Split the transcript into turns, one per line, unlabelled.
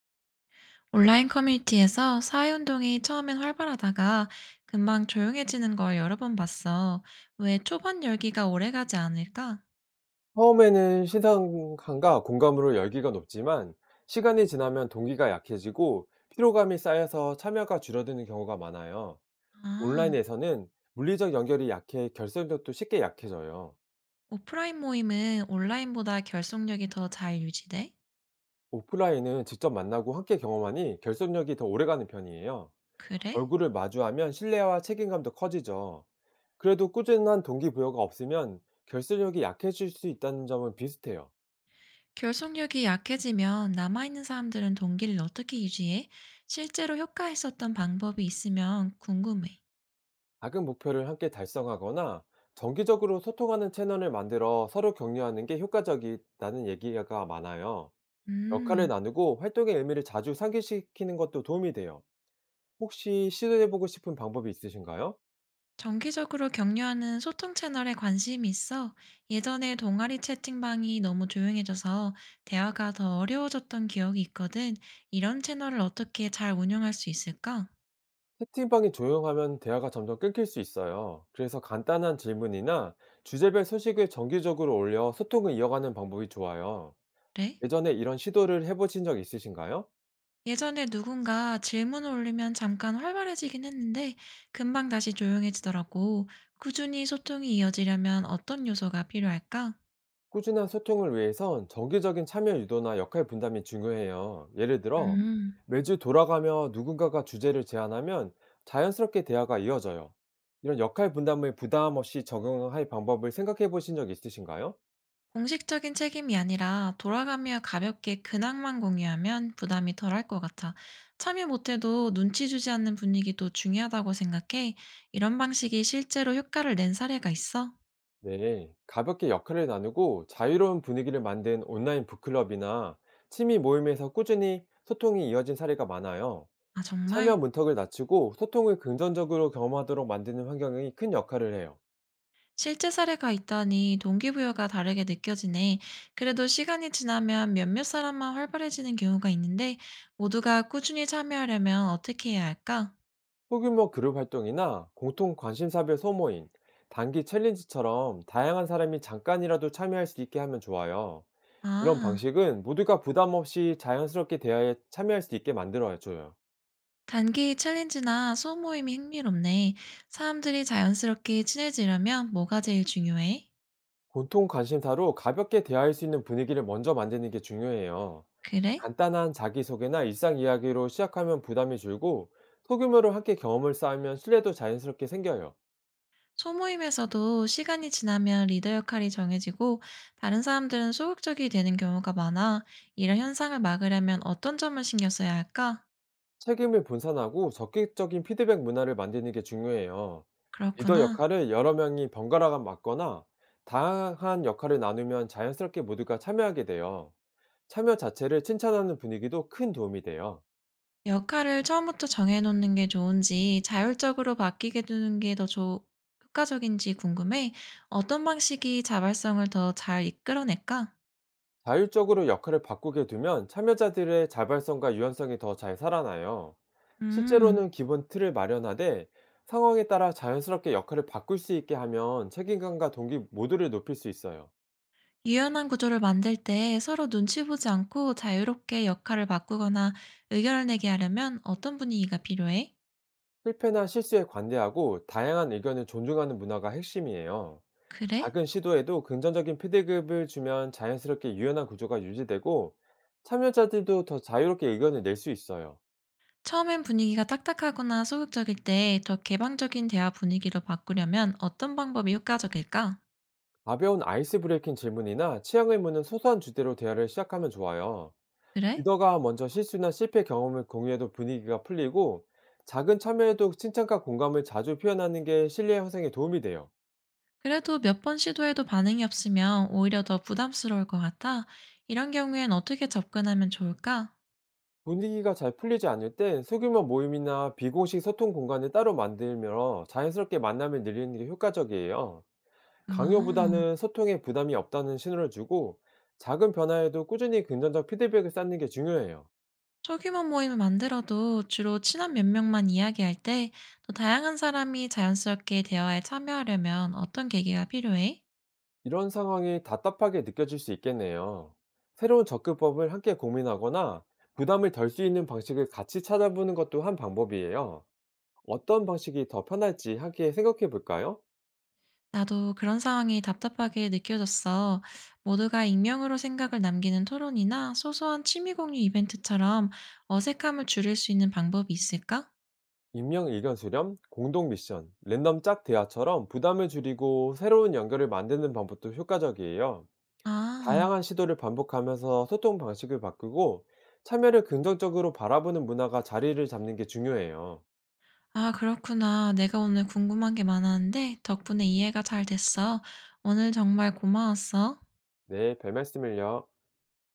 온라인 커뮤니티에서 사회운동이 처음엔 활발하다가 금방 조용해지는 걸 여러 번 봤어. 왜 초반 열기가 오래가지 않을까?
처음에는 시선감과 공감으로 열기가 높지만 시간이 지나면 동기가 약해지고 피로감이 쌓여서 참여가 줄어드는 경우가 많아요.
아,
온라인에서는 물리적 연결이 약해 결속력도 쉽게 약해져요.
오프라인 모임은 온라인보다 결속력이 더 잘 유지돼?
오프라인은 직접 만나고 함께 경험하니 결속력이 더 오래가는 편이에요.
그래?
얼굴을 마주하면 신뢰와 책임감도 커지죠. 그래도 꾸준한 동기부여가 없으면 결속력이 약해질 수 있다는 점은 비슷해요.
결속력이 약해지면 남아있는 사람들은 동기를 어떻게 유지해? 실제로 효과했었던 방법이 있으면 궁금해.
작은 목표를 함께 달성하거나 정기적으로 소통하는 채널을 만들어 서로 격려하는 게 효과적이라는 얘기가 많아요. 역할을
음.
나누고 활동의 의미를 자주 상기시키는 것도 도움이 돼요. 혹시 시도해보고 싶은 방법이 있으신가요?
정기적으로 격려하는 소통 채널에 관심이 있어. 예전에 동아리 채팅방이 너무 조용해져서 대화가 더 어려워졌던 기억이 있거든. 이런 채널을 어떻게 잘 운영할 수 있을까?
채팅방이 조용하면 대화가 점점 끊길 수 있어요. 그래서 간단한 질문이나 주제별 소식을 정기적으로 올려 소통을 이어가는 방법이 좋아요.
그래?
예전에 이런 시도를 해보신 적 있으신가요?
예전에 누군가 질문을 올리면 잠깐 활발해지긴 했는데 금방 다시 조용해지더라고. 꾸준히 소통이 이어지려면 어떤 요소가 필요할까?
꾸준한 소통을 위해선 정기적인 참여 유도나 역할 분담이 중요해요. 예를 들어,
음.
매주 돌아가며 누군가가 주제를 제안하면 자연스럽게 대화가 이어져요. 이런 역할 분담을 부담 없이 적용할 방법을 생각해 보신 적 있으신가요?
공식적인 책임이 아니라 돌아가며 가볍게 근황만 공유하면 부담이 덜할 것 같아. 참여 못해도 눈치 주지 않는 분위기도 중요하다고 생각해. 이런 방식이 실제로 효과를 낸 사례가 있어?
네. 가볍게 역할을 나누고 자유로운 분위기를 만든 온라인 북클럽이나 취미 모임에서 꾸준히 소통이 이어진 사례가 많아요.
아,
참여
정말?
문턱을 낮추고 소통을 긍정적으로 경험하도록 만드는 환경이 큰 역할을 해요.
실제 사례가 있다니 동기부여가 다르게 느껴지네. 그래도 시간이 지나면 몇몇 사람만 활발해지는 경우가 있는데 모두가 꾸준히 참여하려면 어떻게 해야 할까?
소규모 그룹 활동이나 공통 관심사별 소모임, 단기 챌린지처럼 다양한 사람이 잠깐이라도 참여할 수 있게 하면 좋아요. 이런
아.
방식은 모두가 부담 없이 자연스럽게 대화에 참여할 수 있게 만들어줘요.
단기 챌린지나 소모임이 흥미롭네. 사람들이 자연스럽게 친해지려면 뭐가 제일 중요해?
공통 관심사로 가볍게 대화할 수 있는 분위기를 먼저 만드는 게 중요해요.
그래?
간단한 자기소개나 일상 이야기로 시작하면 부담이 줄고 소규모로 함께 경험을 쌓으면 신뢰도 자연스럽게 생겨요.
소모임에서도 시간이 지나면 리더 역할이 정해지고 다른 사람들은 소극적이 되는 경우가 많아. 이런 현상을 막으려면 어떤 점을 신경 써야 할까?
책임을 분산하고 적극적인 피드백 문화를 만드는 게 중요해요. 리더
그렇구나.
역할을 여러 명이 번갈아가 맡거나 다양한 역할을 나누면 자연스럽게 모두가 참여하게 돼요. 참여 자체를 칭찬하는 분위기도 큰 도움이 돼요.
역할을 처음부터 정해놓는 게 좋은지 자율적으로 바뀌게 두는 게 더 효과적인지 궁금해. 어떤 방식이 자발성을 더 잘 이끌어낼까?
자율적으로 역할을 바꾸게 두면 참여자들의 자발성과 유연성이 더 잘 살아나요.
음.
실제로는 기본 틀을 마련하되 상황에 따라 자연스럽게 역할을 바꿀 수 있게 하면 책임감과 동기 모두를 높일 수 있어요.
유연한 구조를 만들 때 서로 눈치 보지 않고 자유롭게 역할을 바꾸거나 의견을 내게 하려면 어떤 분위기가 필요해?
실패나 실수에 관대하고 다양한 의견을 존중하는 문화가 핵심이에요.
그래?
작은 시도에도 긍정적인 피드백을 주면 자연스럽게 유연한 구조가 유지되고 참여자들도 더 자유롭게 의견을 낼 수 있어요.
처음엔 분위기가 딱딱하거나 소극적일 때 더 개방적인 대화 분위기로 바꾸려면 어떤 방법이 효과적일까?
가벼운 아이스 브레이킹 질문이나 취향을 묻는 소소한 주제로 대화를 시작하면 좋아요.
그래?
리더가 먼저 실수나 실패 경험을 공유해도 분위기가 풀리고 작은 참여에도 칭찬과 공감을 자주 표현하는 게 신뢰 형성에 도움이 돼요.
그래도 몇 번 시도해도 반응이 없으면 오히려 더 부담스러울 것 같아. 이런 경우엔 어떻게 접근하면 좋을까?
분위기가 잘 풀리지 않을 땐 소규모 모임이나 비공식 소통 공간을 따로 만들며 자연스럽게 만남을 늘리는 게 효과적이에요.
음.
강요보다는 소통에 부담이 없다는 신호를 주고 작은 변화에도 꾸준히 긍정적 피드백을 쌓는 게 중요해요.
소규모 모임을 만들어도 주로 친한 몇 명만 이야기할 때 또 다양한 사람이 자연스럽게 대화에 참여하려면 어떤 계기가 필요해?
이런 상황이 답답하게 느껴질 수 있겠네요. 새로운 접근법을 함께 고민하거나 부담을 덜 수 있는 방식을 같이 찾아보는 것도 한 방법이에요. 어떤 방식이 더 편할지 함께 생각해 볼까요?
나도 그런 상황이 답답하게 느껴졌어. 모두가 익명으로 생각을 남기는 토론이나 소소한 취미 공유 이벤트처럼 어색함을 줄일 수 있는 방법이 있을까?
익명 의견 수렴, 공동 미션, 랜덤 짝 대화처럼 부담을 줄이고 새로운 연결을 만드는 방법도 효과적이에요.
아,
다양한 시도를 반복하면서 소통 방식을 바꾸고 참여를 긍정적으로 바라보는 문화가 자리를 잡는 게 중요해요.
아, 그렇구나. 내가 오늘 궁금한 게 많았는데 덕분에 이해가 잘 됐어. 오늘 정말 고마웠어.
네, 별 말씀을요.